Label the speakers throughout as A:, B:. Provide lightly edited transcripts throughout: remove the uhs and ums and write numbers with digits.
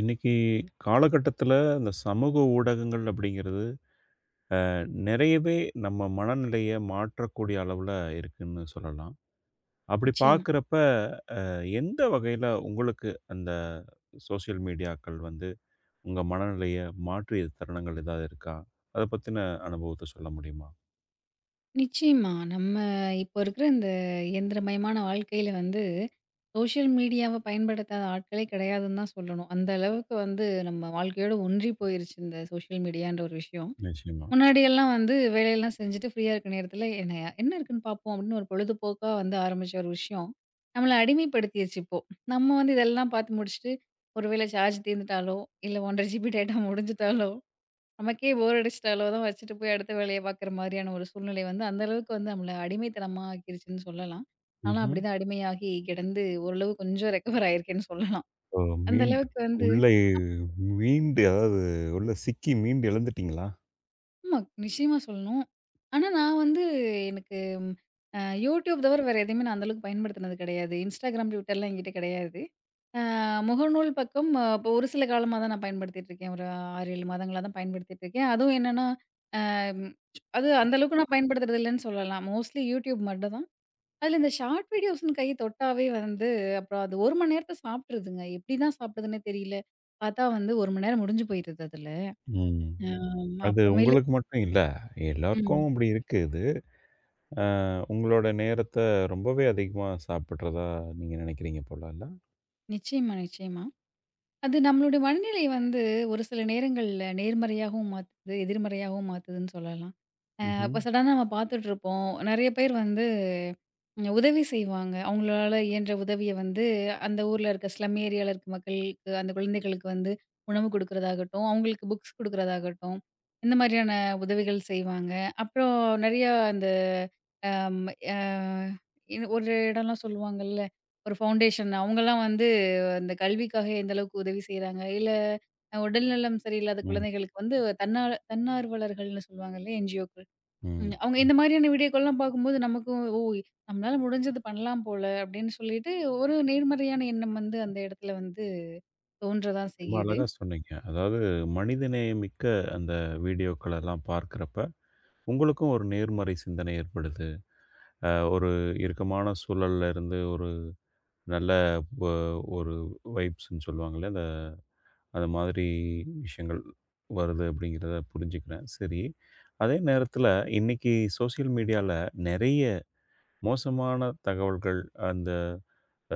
A: இன்னைக்கு காலகட்டத்துல இந்த சமூக ஊடகங்கள் அப்படிங்கிறது நிறையவே நம்ம மனநிலையை மாற்றக்கூடிய அளவுல இருக்குன்னு சொல்லலாம். அப்படி
B: நிச்சயமா,
A: பார்க்கிறப்ப எந்த வகையில உங்களுக்கு அந்த சோசியல் மீடியாக்கள் வந்து உங்க மனநிலையை மாற்றிய தருணங்கள் ஏதாவது இருக்கா? அத பத்தின அனுபவத்த சொல்ல முடியுமா?
B: நிச்சயமா. நம்ம இப்போ இருக்கிற இந்த இயந்திரமயமான வாழ்க்கையில வந்து, சோஷியல் மீடியாவ பயன்படுத்தாத ஆட்களே கிடையாதுன்னு தான் சொல்லணும். அந்த அளவுக்கு வந்து நம்ம வாழ்க்கையோட ஒன்றி போயிருச்சு இந்த சோஷியல் மீடியான்ற ஒரு விஷயம்.
A: நிச்சயமா.
B: முன்னாடியெல்லாம் வந்து வேலையெல்லாம் செஞ்சுட்டு ஃப்ரீயா இருக்க நேரத்தில என்ன என்ன இருக்குன்னு பார்ப்போம் அப்படின்னு ஒரு பொழுதுபோக்கா வந்து ஆரம்பிச்ச ஒரு விஷயம், நம்மள அடிமைப்படுத்திருச்சு இப்போ. நம்ம வந்து இதெல்லாம் பார்த்து முடிச்சுட்டு, ஒருவேளை சார்ஜ் தீர்ந்துட்டாலோ, இல்ல 1 1/2 ஜிபி டேட்டா முடிஞ்சுட்டாலோ நமக்கே போர் அடிச்சிட்ட அளவு தான் வச்சுட்டு போய் அடுத்த வேலைய பார்க்குற மாதிரியான ஒரு சூழ்நிலை வந்து, அந்த அளவுக்கு வந்து நம்மள அடிமைத்தனமா ஆக்கிருச்சுன்னு சொல்லலாம். நான்லாம்
A: ம்ஹ்ம்.
B: அப்படிதான் அடிமையாகி கிடந்து ஓரளவு கொஞ்சம் ரெக்கவர் ஆயிருக்கேன்னு சொல்லலாம்.
A: ஓ!
B: அந்த
A: மீண்டு
B: அளவுக்கு வந்து
A: உள்ளே மீண்டு அதாவது உள்ள சிக்கி மீண்டு எழுந்துட்டீங்களா?
B: ஆமா நிச்சயமா சொல்லணும். ஆனா நான் வந்து எனக்கு YouTube தவிர வேற எதையுமே நான் அந்த அளவுக்கு பயன்படுத்தினது கிடையாது. Instagram, Twitterலாம் என்கிட்ட கிடையாது. அ முகநூல் பக்கம் இப்போ ஒரு சில காலமா தான் நான் பயன்படுத்திட்டு இருக்கேன். ஒரு 6, 7 மாதங்களா தான் பயன்படுத்திட்டு இருக்கேன். அதுவும் என்னன்னா ம். அது அந்த அளவுக்கு நான் பயன்படுத்துறது இல்லன்னு சொல்லலாம். மோஸ்ட்லி YouTube மட்டும் தான். அதுல இந்த ஷார்ட் வீடியோஸ்ன்னு கை தொட்டாவே வந்து அப்புறம் அது 1 மணி நேரத்த சாப்பிட்டுருதுங்க. எப்படி தான் சாப்பிடுதுன்னே தெரியல. பார்த்தா வந்து 1 மணி நேரம் முடிஞ்சு போயிருது அதுல.
A: ம்.
B: ஆமா.
A: அது
B: அப்புறமேலு
A: உங்களுக்கு மட்டும் இல்ல.
B: ம்.
A: எல்லாருக்கும் அப்படி இருக்கு. உங்களோட நேரத்த ரொம்பவே அதிகமா சாப்பிடுறதா நீங்க நினைக்கிறீங்க போல இல்ல?
B: நிச்சயமா, நிச்சயமா. அது நம்மளுடைய மனநிலை வந்து ஒரு சில நேரங்கள்ல நேர்மறையாகவும் மாத்துது, எதிர்மறையாகவும் மாத்துதுன்னு சொல்லலாம்.
A: ம்ஹ்ம்.
B: அப்ப சடனா நம்ம பார்த்துட்டுருப்போம். நெறைய பேர் வந்து உதவி செய்வாங்க. அவங்களால இயன்ற உதவிய வந்து அந்த ஊர்ல இருக்க ஸ்லம் ஏரியால இருக்க மக்களுக்கு, அந்த குழந்தைகளுக்கு வந்து உணவு குடுக்குறதாகட்டும், அவங்களுக்கு புக்ஸ் குடுக்குறதாகட்டும், இந்த மாதிரியான உதவிகள் செய்வாங்க. அப்புறம் நெறையா இந்த அம் அ இன் ஒரு இடம்லாம் சொல்லுவாங்கல்ல, ஒரு ஃபவுண்டேஷன் அவங்கலாம் வந்து இந்த கல்விக்காக எந்த அளவுக்கு உதவி செய்றாங்க, இல்ல உடல்நலம் சரியில்லாத
A: ம்.
B: குழந்தைகளுக்கு வந்து தன்னால தன்னார்வலர்கள்னு சொல்லுவாங்கல்ல என்ஜிஓக்கள்.
A: ம்.
B: ம். அவங்க இந்த மாரியான வீடியோக்கள்லாம் பார்க்கும்போது நமக்கும், "ஓ! நம்மளால முடிஞ்சது பண்ணலாம் போல" அப்படின்னு சொல்லிட்டு ஒரு நேர்மறையான எண்ணம் வந்து அந்த இடத்துல வந்து தோன்றதான்
A: ரொம்ப
B: செய்யுது.
A: அழகா சொன்னீங்க. அதாவது மனிதநேயம் மிக்க அந்த வீடியோக்கள் எல்லாம் பார்க்கிறப்ப, உங்களுக்கும் ஒரு நேர்மறை சிந்தனை ஏற்படுது. ஒரு இறுக்கமான சூழல்ல இருந்து ஒரு நல்ல வ ஒரு வைப்ஸ்ன்னு சொல்லுவாங்கல்ல. அது மாதிரி விஷயங்கள் வருது அப்படிங்கிறத புரிஞ்சுக்கிறேன். சரி. அதே நேரத்தில இன்னைக்கு சோசியல் மீடியால நெறைய மோசமான தகவல்கள், அந்த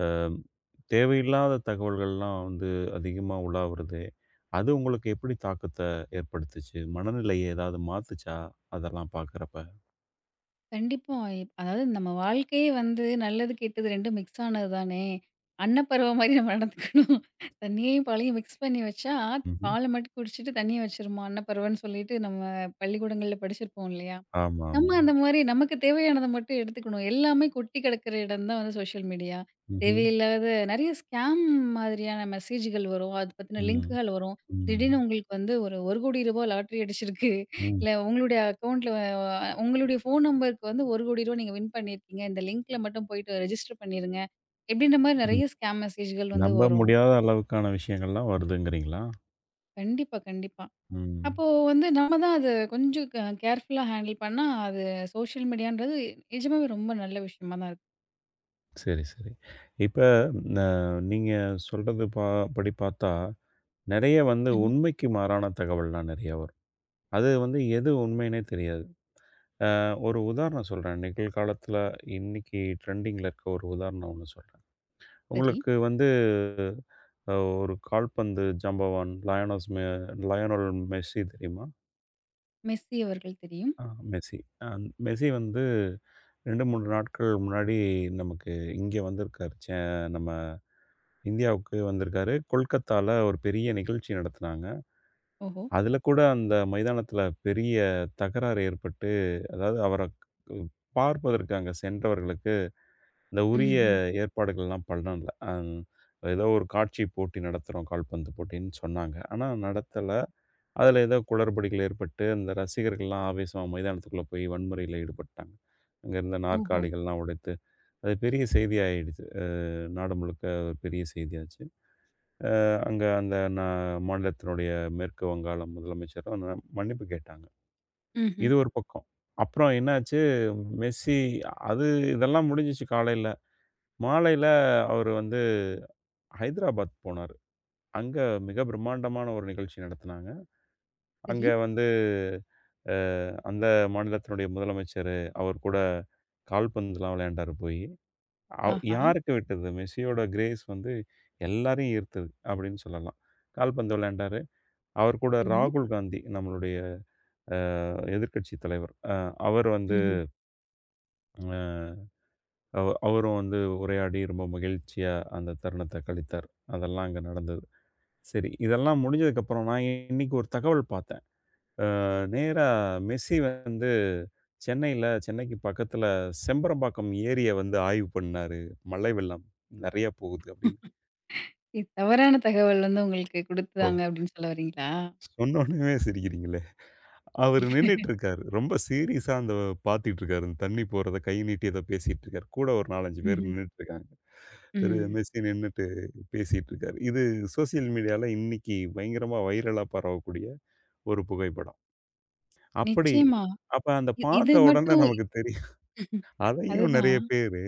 A: அம் தேவையில்லாத தகவல்கள்லாம் வந்து அதிகமா உலாவுறது. அது உங்களுக்கு எப்படி தாக்கத்த ஏற்படுத்துச்சு? மனநிலைய ஏதாவது மாத்துச்சா? அதெல்லாம் பார்க்குறப்ப?
B: கண்டிப்பா. அதாவது நம்ம வாழ்க்கையே வந்து நல்லது, கெட்டது 2ம் மிக்ஸ் ஆனது தானே! அன்னப்பறவை மாரி நம்ம நடந்துக்கணும். தண்ணியையும் பாலையும் மிக்ஸ் பண்ணி வச்சா,
A: ம்ஹ்ம்.
B: பால மட்டும் குடிச்சுட்டு தண்ணிய வச்சுருமா அன்னப்பறவைன்னு சொல்லிட்டு நம்ம பள்ளிக்கூடங்கள்ல படிச்சிருப்போம் இல்லையா? நம்ம
A: ஆமாமா.
B: அந்த மாரி நமக்கு தேவையானத மட்டும் எடுத்துக்கணும். எல்லாமே கொட்டி கிடக்கிற இடம் தான் வந்து சோஷியல் மீடியா.
A: ம்ஹ்ம்.
B: தேவையில்லாத நெறைய ஸ்கேம் மாதிரியான மெசேஜ்கள் வரும். அது பத்தின
A: ம். ம்.
B: லிங்க்குகள் வரும்.
A: ம்.
B: திடீர்னு உங்களுக்கு வந்து ஒரு ரூ. 1,00,00,000 லாட்டரி அடிச்சிருக்கு.
A: ம்.
B: இல்ல உங்களுடைய அக்கவுண்ட்ல உங்களுடைய ஃபோன் நம்பருக்கு வந்து ரூ. 1,00,00,000 நீங்க வின் பண்ணியிருக்கீங்க. இந்த லிங்க்ல மட்டும் போயிட்டு ரெஜிஸ்டர் பண்ணிருங்க. இப்படின்ற மாரி நெறைய
A: ம்.
B: ஸ்கேம் மெசேஜ்கள் வந்து
A: நம்ப
B: வரும்.
A: முடியாத அளவுக்கான விஷயங்கள்லாம் வருதுங்கிறீங்களா?
B: கண்டிப்பா, கண்டிப்பா.
A: ம்.
B: அப்போ வந்து நம்ம தான் அது கொஞ்சம் கேர்ஃபுல்லா ஹேண்டில் பண்ணா, அது சோஷியல் மீடியான்றது நிஜமாவே ரொம்ப நல்ல விஷயமா தான் இருக்கு.
A: சரி, சரி. இப்ப ந நீங்க சொல்றது படி பார்த்தா, நெறைய வந்து
B: ம்ஹ்ம்.
A: உண்மைக்கு மாறான தகவல்லாம் நெறைய வரும். அது வந்து எது உண்மைன்னே தெரியாது. அ ஒரு உதாரணம் சொல்றேன். நிகழ்காலத்துல இன்னைக்கு ட்ரெண்டிங்ல இருக்க ஒரு உதாரணம் ஒண்ணு சொல்றேன்.
B: சரி.
A: உங்களுக்கு வந்து அ ஒரு கால்பந்து ஜாம்பவான் லயோனஸ் மெ லயோனல் மெஸ்ஸி தெரியுமா?
B: மெஸ்ஸி அவர்கள் தெரியும்.
A: ஆ மெஸ்ஸி. அ மெஸ்ஸி வந்து 2, 3 நாட்கள் முன்னாடி நமக்கு இங்க வந்திருக்காரு. நம்ம இந்தியாவுக்கு வந்திருக்காரு. கொல்கத்தால ஒரு பெரிய நிகழ்ச்சி நடத்துனாங்க.
B: ஓஹோ!
A: அதுல கூட அந்த மைதானத்துல பெரிய தகராறு ஏற்பட்டு, அதாவது அவர பார்ப்பதற்கு அங்க சென்றவர்களுக்கு இந்த உரிய
B: ம்ஹ்ம்.
A: ஏற்பாடுகள்லாம் பண்ணல. ஏதோ ஒரு காட்சி போட்டி நடத்துறோம் கால்பந்து போட்டின்னு சொன்னாங்க. ஆனா நடத்தல. அதுல ஏதோ குளறுபடிகள் ஏற்பட்டு, அந்த ரசிகர்கள்லாம் ஆவேசமா மைதானத்துக்குள்ள போய் வன்முறையில ஈடுபட்டாங்க. அங்க இருந்த
B: ஓஹோ!
A: நாற்காலிகள்லாம் உடைத்து, அது பெரிய செய்தியாயிடுச்சு. நாடு முழுக்க ஒரு பெரிய செய்தியாச்சு. அங்க அந்த மாநிலத்தினுடைய மேற்கு வங்காள முதலமைச்சரும் மன்னிப்பு கேட்டாங்க.
B: ம்ஹ்ம்.
A: இது ஒரு பக்கம். அப்புறம் என்னாச்சு, மெஸ்ஸி அது இதெல்லாம் முடிஞ்சுச்சு காலையில. மாலையில அவரு வந்து ஹைதராபாத் போனாரு. அங்க மிக பிரம்மாண்டமான ஒரு நிகழ்ச்சி நடத்துனாங்க. அங்க
B: சரி.
A: வந்து அ அந்த மாநிலத்தினுடைய முதலமைச்சரு, அவர் கூட கால்பந்துலாம் விளையாண்டாரு போயி.
B: ஆஹா!
A: யாருக்கு விட்டது? மெஸ்ஸியோட கிரேஸ் வந்து எல்லாரையும் ஈர்த்தது அப்படின்னு சொல்லலாம். கால்பந்து விளையாண்டாரு. அவர் கூட
B: சரி.
A: ராகுல் காந்தி நம்மளுடைய அ எதிர்க்கட்சி தலைவர். அவர் வந்து
B: ம்ஹ்ம்.
A: அ அவ அவரும் வந்து உரையாடி ரொம்ப மகிழ்ச்சியா அந்த தருணத்த கழித்தார். அதெல்லாம் அங்க நடந்தது. சரி இதெல்லாம் முடிஞ்சதுக்கப்புறம் நான் இன்னைக்கு ஒரு தகவல் பார்த்தேன். நேரா மெஸ்ஸி வந்து சென்னைக்கு பக்கத்துல செம்பரம்பாக்கம் ஏரிய வந்து ஆய்வு பண்ணாரு. மழை வெள்ளம் நெறைய போகுது அப்படின்னு.
B: இது தவறான தகவல் வந்து உங்களுக்கு
A: ஓ!
B: குடுத்தாங்க அப்படின்னு சொல்ல வரீங்களா?
A: சொன்னோனவே சிரிக்கிறீங்களே. அவரு
B: இல்ல.
A: நின்னுட்டுருக்காரு. ரொம்ப சீரியஸா அந்த பார்த்துட்டுருக்காரு. அந்த தண்ணி போறத கை நீட்டி ஏதோ பேசிட்டுருக்காரு. கூட ஒரு 4, 5 பேர்
B: ம்ஹ்ம்.
A: நின்னுட்டுருக்காங்க. திரு
B: ம்.
A: மெஸ்ஸி நின்னுட்டு பேசிட்டுருக்காரு. இது சோசியல் மீடியால இன்னைக்கு பயங்கரமா வைரலா பரவக்கூடிய ஒரு புகைப்படம். அப்படி
B: நிச்சயமா.
A: அப்ப அந்த
B: இது
A: பார்த்த உடனே
B: மட்டும்
A: நமக்கு தெரியும். அதையும் நெறைய
B: அதுதான்.
A: பேரு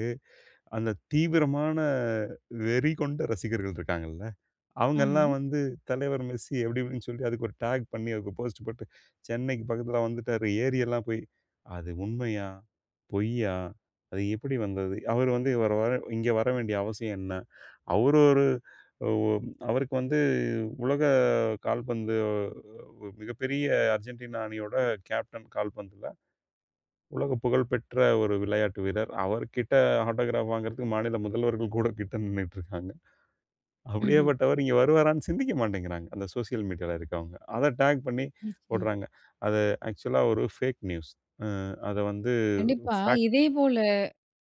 A: அந்த தீவிரமான வெறி கொண்ட ரசிகர்கள் இருக்காங்கல்ல,
B: ஆமா.
A: அவங்கலாம் வந்து தலைவர் மெஸ்ஸி அப்டி இப்டின்னு சொல்லி அதுக்கு ஒரு டாக் பண்ணி அதுக்கு போஸ்ட் போட்டு, சென்னைக்கு பக்கத்துல வந்துட்டாரு ஏரியெல்லாம் போய் அது உண்மையா? பொய்யா? அது எப்படி வந்தது? அவரு வந்து இவரு வர இங்க வர வேண்டிய அவசியம் என்ன? அவரு ஒரு ஒ அவருக்கு வந்து உலக கால்பந்து மிகப்பெரிய அர்ஜென்டினா அணியோட கேப்டன் கால்பந்துல. உலக புகழ்பெற்ற ஒரு விளையாட்டு வீரர். அவர்கிட்ட ஆட்டோகிராப் வாங்குறதுக்கு மாநில முதல்வர்கள் கூட கிட்ட நின்னுட்டு இருக்காங்க.
B: ம்ஹ்ம்.
A: அப்படியேப்பட்டவர் இங்க வருவாரான்னு சிந்திக்க மாட்டேங்கிறாங்க. அந்த சோசியல் மீடியால இருக்கவங்க. அத டாக் பண்ணி
B: நிச்சயமா.
A: போடுறாங்க. அது ஆக்சுவலா ஒரு ஃபேக் நியூஸ். அ அத வந்து
B: கண்டிப்பா.
A: ஃபேக்ட்
B: இதேபோல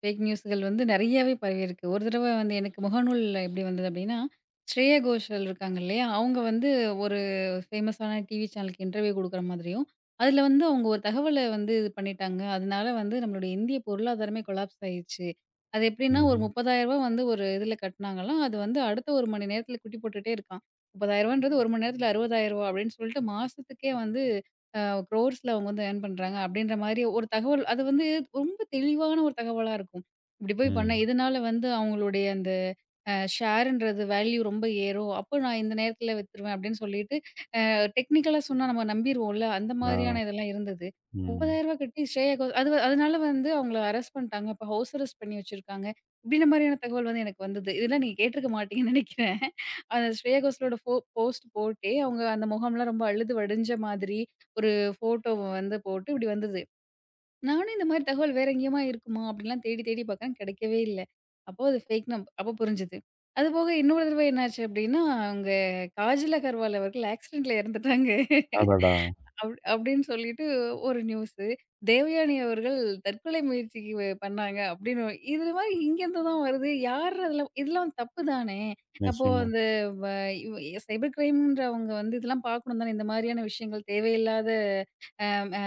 B: ஃபேக் நியூஸ்கள் வந்து நெறையாவே பரவியிருக்கு. ஒரு தடவ வந்து எனக்கு முகநூல்ல எப்படி வந்தது அப்படின்னா, ஸ்ரேயா கோஷல் இருக்காங்க இல்லையா? அவங்க வந்து ஒரு ஃபேமஸான டிவி சேனலுக்கு இன்டர்வியூ குடுக்குற மாதிரியும், அதில வந்து அவங்க ஒரு தகவல வந்து இது பண்ணிட்டாங்க. அதனால வந்து நம்மளுடைய இந்திய பொருளாதாரமே கொலாப்ஸ் ஆயிருச்சு. அது எப்படின்னா ஒரு ரூ.
A: ம்ஹ்ம்.
B: 30,000 வந்து ஒரு இதில கட்டினாங்களாம். அது வந்து அடுத்த 1 மணி நேரத்தில குட்டி போட்டுட்டே இருக்கான். ரூ. 30,000ன்றது 1 மணி நேரத்தில ரூ. 60,000 அப்படின்னு சொல்லிட்டு மாசத்துக்கே வந்து அ க்ரோர்ஸ்ல அவங்க வந்து ஏர்ன் பண்றாங்க அப்படின்ற மாதிரி ஒரு தகவல் அது வந்து ரொம்ப தெளிவான ஒரு தகவலா இருக்கும். இப்படி போய் பண்ணேன்.
A: ம்.
B: இதனால வந்து அவங்களுடைய அந்த ஷேர்ன்றது வேல்யூ ரொம்ப ஏறும். அப்போ நான் இந்த நேரத்தில வித்துருவேன் அப்படின்னு சொல்லிட்டு டெக்னிக்கலா சொன்னா நம்ம நம்பிருவோம்ல. அந்த
A: ஆ.
B: மாதிரியான இதெல்லாம் இருந்தது. ரூ.
A: ம்.
B: 30,000 கட்டி ஸ்ரேயா கோஷ் அது அதனால வந்து அவங்கள அரெஸ்ட் பண்ணிட்டாங்க. இப்ப ஹவுஸ் அரெஸ்ட் பண்ணி வச்சிருக்காங்க. இப்படின்ற மாதிரியான தகவல் வந்து எனக்கு வந்தது. இதெல்லாம் நீங்க கேட்டுருக்க மாட்டீங்கன்னு நெனைக்கிறேன். அந்த ஸ்ரேயா கோஷலோட ஃபோ போஸ்ட் போட்டே அவங்க அந்த முகம்லாம் ரொம்ப அழுது வடிஞ்ச மாதிரி ஒரு ஃபோட்டோவ வந்து போட்டு இப்படி வந்தது. நானும் இந்த மாரி தகவல் வேற எங்கேயுமா இருக்குமா? அப்படிலாம் தேடி தேடி பார்க்குறேன். கிடைக்கவே இல்ல. அப்போ அது ஃபேக் நம் அப்போ புரிஞ்சது. அதுபோக இன்னொரு தடவை என்னாச்சு அப்படின்னா, அவங்க காஜல் அகர்வால் அவர்கள் ஆக்சிடென்ட்ல இறந்துட்டாங்க.
A: அடடா!
B: அப்படின்னு சொல்லிட்டு ஒரு நியூஸு. தேவயானி அவர்கள் தற்கொலை முயற்சிக்கு பண்ணாங்க அப்படின்னு இது மாரி இங்கேருந்து தான் வருது. யார் அதெல்லாம் இதெல்லாம் தப்பு தானே! அப்போ
A: நிச்சயமா,
B: அந்த வ இவ் சைபர் கிரைம்ன்றவங்க வந்து இதெல்லாம் பார்க்கணும் தானே! இந்த மாதிரியான விஷயங்கள் தேவையில்லாத அம், ஆ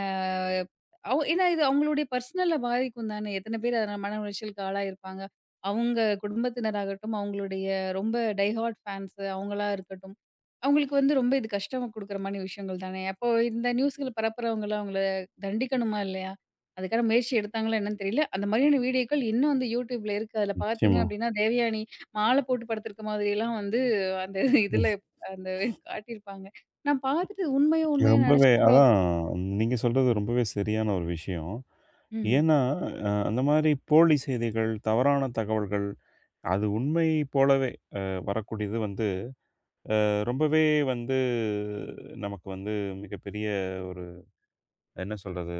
B: அவ் ஏன்னா இது அவங்களுடைய பர்சனல பாதிக்கும் தானே! எத்தன பேர் அதனால மன உளைச்சலுக்கு ஆளாயிருப்பாங்க. அவங்க குடும்பத்தினராகட்டும், அவங்களுடைய ரொம்ப டை ஹார்ட் ஃபேன்ஸு அவங்களா இருக்கட்டும். அவங்களுக்கு வந்து ரொம்ப இது கஷ்டம் குடுக்குற மாரி விஷயங்கள் தானே! அப்போ இந்த நியூஸ்கள பரப்புறவங்கள அவங்கள தண்டிக்கணுமா இல்லையா? அதுக்கான முயற்சி எடுத்தாங்களா என்னன்னு தெரியல. அந்த மாதிரியான வீடியோக்கள் இன்னும் வந்து YouTubeல இருக்கு. அதில பார்த்தீங்க
A: நிச்சயமா.
B: அப்டின்னா, தேவயானி மால போட்டு படுத்திருக்க மாதிரியெல்லாம் வந்து அந்த இதுல அந்த காட்டியிருப்பாங்க. நான் பார்த்துட்டு உண்மையோ! உண்மையோன்னு
A: ரொம்பவே
B: நெனச்சேன். அப்புறம்
A: அதான் நீங்க சொல்றது ரொம்பவே சரியான ஒரு விஷயம்.
B: ம்ஹ்ம்.
A: ஏன்னா, அந்த மாரி போலி செய்திகள், தவறான தகவல்கள் அது உண்மை போலவே வரக்கூடியது வந்து ரொம்பவே வந்து நமக்கு வந்து மிகப்பெரிய ஒரு என்ன சொல்றது?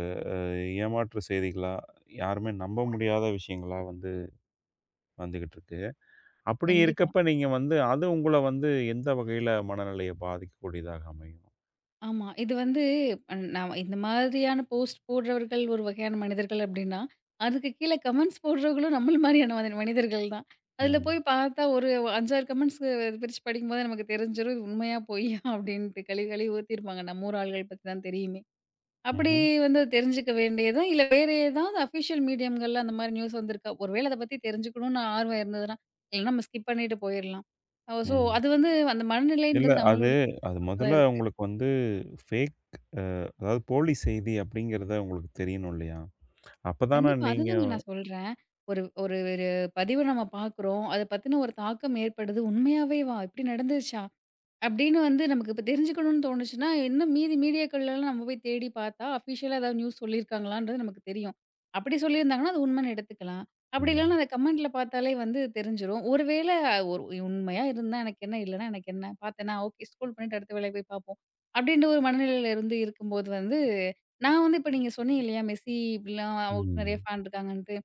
A: ஏமாற்று செய்திகளா, யாருமே நம்ப முடியாத விஷயங்களா வந்து வந்துகிட்டுருக்கு. அப்படி
B: கண்டிப்பா.
A: இருக்கப்ப நீங்க வந்து அது உங்கள வந்து எந்த வகையில மனநிலைய பாதிக்கக்கூடியதாக அமையும்?
B: ஆமா. இது வந்து நான் இந்த மாதிரியான போஸ்ட் போடுறவர்கள் ஒரு வகையான மனிதர்கள் அப்டின்னா, அதுக்கு கீழ கமெண்ட்ஸ் போடுறவர்களும் நம்மள மாரியான மனிதர்கள் தான். அதுல போய்
A: ம்.
B: பார்த்தா ஒரு 5, 6 கமெண்ட்ஸ் பிரிச்சு படிக்கும்போது நமக்கு தெரிஞ்சிரும். இது உண்மையா, பொய்யா அப்டின்ட்டு கழுவி கழுவி ஊத்திருப்பாங்க. நம்ம ஊர் ஆள்கள் பத்தி தான் தெரியுமே. அப்படி
A: ம்ஹ்ம்.
B: வந்து அது தெரிஞ்சுக்க வேண்டியதா, இல்ல வேற ஏதாவது அஃபிஷியல் மீடியம்கள்ல அந்த மாரி நியூஸ் வந்திருக்கா? ஒருவேள அத பத்தி தெரிஞ்சுக்கணும்னு ஆர்வம் இருந்ததுனா, இல்லனா நம்ம ஸ்கிப் பண்ணிட்டு போயிரலாம். சோ
A: ம்.
B: அது வந்து அந்த
A: இல்ல
B: மனநிலைன்றது
A: அது
B: நம்மளுடைய
A: அது
B: தான்
A: முதல்ல
B: இருக்கு.
A: உங்களுக்கு வந்து ஃபேக் அதாவது போலி செய்தி அப்படிங்கிறத உங்களுக்கு தெரியணும் இல்லையா? அப்ப தான
B: கண்டிப்பா.
A: நீங்க
B: அதுதாங்க நான் சொல்றேன். ஒரு ஒரு ஒரு பதிவு நம்ம பார்க்குறோம். அத பத்தின ஒரு தாக்கம் ஏற்படுது. உண்மையாவேவா! இப்படி நடந்துருச்சா? அப்படின்னு வந்து நமக்கு இப்ப தெரிஞ்சுக்கணும்னு தோணுச்சுன்னா, இன்னும் மீதி மீடியாக்கள்லலாம் நம்ம போய் தேடி பார்த்தா, அஃபிஷியலா ஏதாவது நியூஸ் சொல்லியிருக்காங்களான்றது நமக்கு தெரியும். அப்படி சொல்லியிருந்தாங்கன்னா, அது உண்மைன்னு எடுத்துக்கலாம். அப்படி இல்லன்னா
A: ம்.
B: அத கமெண்ட்ல பார்த்தாலே வந்து தெரிஞ்சிரும். ஒருவேள ஒரு உண்மையா இருந்தா எனக்கு என்ன, இல்லன்னா எனக்கு என்ன, பார்த்தேன்னா ஓகே ஸ்க்ரோல் பண்ணிட்டு அடுத்த வேலைய போய் பார்ப்போம். அப்படின்ற ஒரு மனநிலையில இருந்து இருக்கும்போது வந்து, நான் வந்து இப்ப நீங்க சொன்னீங்க இல்லையா? மெஸ்ஸி இப்படிலாம் அவருக்கு நெறைய
A: ம்.
B: ஃபேன் இருக்காங்கன்ட்டு.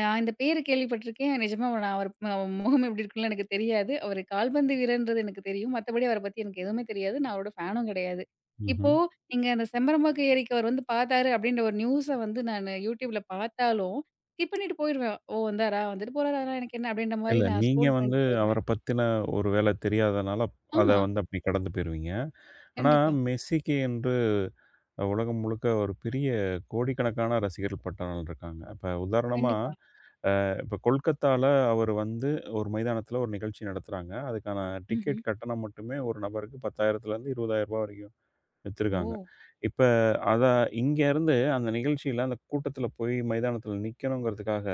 B: நான் இந்த பேரு கேள்விப்பட்டிருக்கேன். நிஜமா நான் முகம் எப்படி இருக்கும்லாம் எனக்கு தெரியாது. அவரு கால்பந்து வீரர்ன்றது எனக்கு தெரியும். மத்தபடி அவர பத்தி எனக்கு எதுவுமே தெரியாது. நான் அவரோட ஃபேனும் கிடையாது. இப்போ
A: ம்ஹ்ம்.
B: நீங்க அந்த செம்பரம்பாக்கம் ஏரிக்கு அவர் வந்து பார்த்தாரு அப்படின்ற ஒரு நியூஸ வந்து நானு YouTubeல பார்த்தாலும், ஸ்கிப் பண்ணிட்டு போயிருவேன். ஓ! வந்தாரா? வந்துட்டு போறாரு. அதெல்லாம் எனக்கு என்ன? அப்படின்ற மாரி
A: இல்ல,
B: நான்
A: நீங்க
B: ஸ்க்ரோல்
A: வந்து
B: பண்ணிட்டு போயிருவேன்.
A: அவர பத்தின ஒரு வேள தெரியாதனால, அத
B: ஆமா.
A: வந்து அப்படி கடந்து போயிருவீங்க. ஆனா,
B: கண்டிப்பா,
A: மெஸ்ஸிக்கு என்று உலகம் முழுக்க ஒரு பெரிய கோடிக்கணக்கான ரசிகர்கள் பட்டாளம் இருக்காங்க. இப்ப உதாரணமா,
B: கண்டிப்பா.
A: இப்ப கொல்கத்தால அவர் வந்து ஒரு மைதானத்துல ஒரு நிகழ்ச்சி நடத்துறாங்க. அதுக்கான டிக்கெட்
B: ம்ஹ்ம்.
A: கட்டணம் மட்டுமே ஒரு நபருக்கு ரூ. 10,000லேருந்து ரூ. 20,000 வரைக்கும்
B: ஓ!
A: வச்சிருக்காங்க. இப்ப அத இங்க இருந்து அந்த நிகழ்ச்சியில, அந்த கூட்டத்துல போய் மைதானத்துல நிக்கணுங்கிறதுக்காக,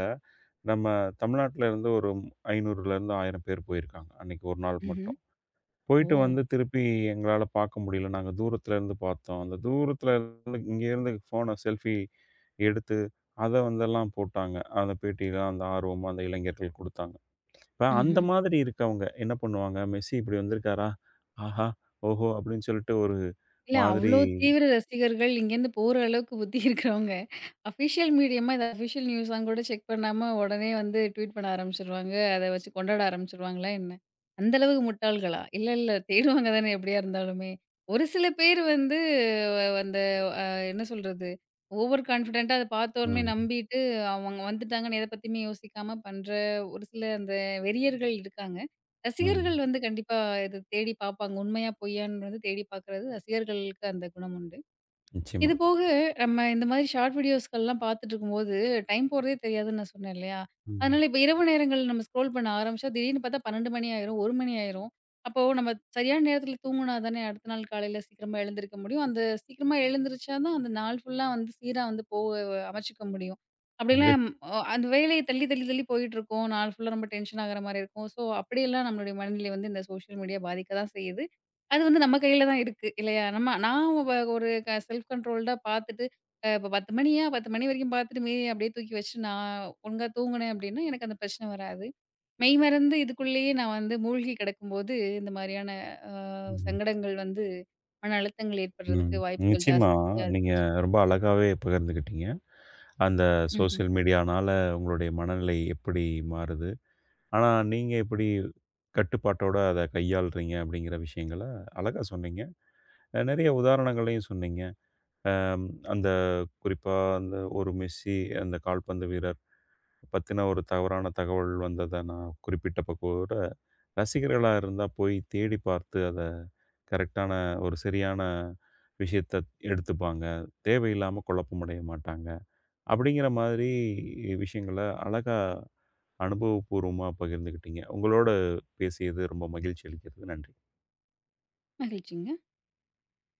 A: நம்ம தமிழ்நாட்டுல இருந்து ஒரு 500லேருந்து 1000 பேர் போயிருக்காங்க. அன்னைக்கு ஒரு நாள்
B: ம்ஹ்ம்.
A: மட்டும்.
B: ஓ!
A: போயிட்டு வந்து திருப்பி எங்களால பார்க்க முடியல. நாங்க தூரத்துல இருந்து பார்த்தோம். அந்த தூரத்துல இருந்து இங்கேருந்து ஃபோன செல்ஃபி எடுத்து, அத வந்தெல்லாம் போட்டாங்க. அந்த பேட்டிலாம் அந்த ஆர்வமா அந்த இளைஞர்கள் குடுத்தாங்க. இப்ப அந்த
B: ம்ஹ்ம்.
A: மாதிரி இருக்கவங்க என்ன பண்ணுவாங்க? மெஸ்ஸி இப்படி வந்திருக்காரா? ஆஹா! ஓஹோ! அப்படின்னு சொல்லிட்டு ஒரு
B: இல்ல
A: மாதிரி
B: அவ்ளோ தீவிர ரசிகர்கள் இங்கேருந்து போற அளவுக்கு புத்தி இருக்கிறவங்க, அஃபிஷியல் மீடியமா இத அஃபிஷியல் நியூஸா கூட செக் பண்ணாம உடனே வந்து ட்வீட் பண்ண ஆரம்பிச்சுருவாங்க. அத வச்சு கொண்டாட ஆரம்பிச்சுருவாங்களா என்ன? அந்த அளவுக்கு முட்டாள்களா? இல்ல, இல்ல தேடுவாங்க தானே எப்படியா இருந்தாலுமே. ஒரு சில பேர் வந்து அந்த அ என்ன சொல்றது? ஓவர் கான்ஃபிடென்ட்டா அத பார்த்தோனே
A: ம்.
B: நம்பிட்டு அவங்க வந்துட்டாங்கன்னு எத பத்தியுமே யோசிக்காம பண்ற ஒரு சில அந்த வெறியர்கள் இருக்காங்க. ரசிகர்கள்
A: ம்.
B: வந்து கண்டிப்பா இத தேடி பார்ப்பாங்க. உண்மையா பொய்யான்னு வந்து தேடி பார்க்குறது ரசிகர்களுக்கு அந்த குணம் உண்டு.
A: நிச்சயமா.
B: இது போக, நம்ம இந்த மாதிரி ஷார்ட் வீடியோஸ்கள்லாம் பார்த்துட்டுருக்கும்போது, டைம் போறதே தெரியாதுன்னு நான் சொன்னேன் இல்லையா?
A: ம்.
B: அதனால இப்ப இரவு நேரங்கள்ல நம்ம ஸ்க்ரோல் பண்ண ஆரம்பிச்சா, திடீர்னு பார்த்தா 12 மணி ஆயிரும், 1 மணி ஆயிரும். அப்போ நம்ம சரியான நேரத்துல தூங்குனா தானே அடுத்த நாள் காலையில சீக்கிரமா எழுந்திருக்க முடியும். அந்த சீக்கிரமா எழுந்திரிச்சா தான் அந்த நாள் ஃபுல்லா வந்து சீரா வந்து போ அமைச்சுக்க முடியும்.
A: மிகச்
B: அப்படிலாம் அந்த வேலையை தள்ளி, தள்ளி, தள்ளி போயிட்டுருக்கும். நாள் ஃபுல்லா ரொம்ப டென்ஷன் ஆகுற மாரி இருக்கும். ஸோ, அப்படியெல்லாம் நம்மளுடைய மனநிலை வந்து இந்த சோஷியல் மீடியா பாதிக்க தான் செய்யுது. அது வந்து நம்ம கையில தான் இருக்கு இல்லையா? நான் ஒரு செல்ஃப் கண்ட்ரோல்டா பார்த்துட்டு, இப்ப 10 மணியா 10 மணி வரைக்கும் பார்த்துட்டு மீதி அப்படியே தூக்கி வச்சு நான் ஒழுங்கா தூங்குனேன் அப்படின்னா, எனக்கு அந்த பிரச்சனை வராது. மெய்மறந்து இதுக்குள்ளேயே நான் வந்து மூழ்கி கிடக்கும்போது, இந்த மாரியான அ
A: ம்.
B: சங்கடங்கள் வந்து மன அழுத்தங்கள்
A: ம்.
B: ஏற்படுறதுக்கு வாய்ப்புகள்
A: நிச்சயமா
B: ஜாஸ்தியா
A: நீங்க
B: இருக்குன்னு சொல்
A: ரொம்ப அழகாவே பகிர்ந்துக்கிட்டீங்க. அந்த
B: ம்ஹ்ம்.
A: சோசியல் மீடியானால உங்களுடைய மனநிலை எப்படி மாறுது? ஆனா, நீங்க எப்படி கட்டுப்பாட்டோட அத கையாள்றீங்க அப்படிங்கிற விஷயங்கள அழகா சொன்னீங்க. நெறைய உதாரணங்களையும் சொன்னீங்க. அம் அந்த குறிப்பா அந்த ஒரு மெஸ்ஸி அந்த கால்பந்து வீரர் பத்தின ஒரு தவறான தகவல் வந்தத நான் குறிப்பிட்ட பக்கம் கூட, ரசிகர்களா இருந்தா போய் தேடி பார்த்து அத கரெக்ட்டான ஒரு சரியான விஷயத்த எடுத்துப்பாங்க. தேவையில்லாம குழப்பமடைய மாட்டாங்க. அப்படிங்கிற மாதிரி விஷயங்கள அழகா அனுபவப்பூர்வமா பகிர்ந்துக்கிட்டீங்க. உங்களோட பேசியது ரொம்ப மகிழ்ச்சி அளிக்கிறது. நன்றி.
B: மகிழ்ச்சிங்க.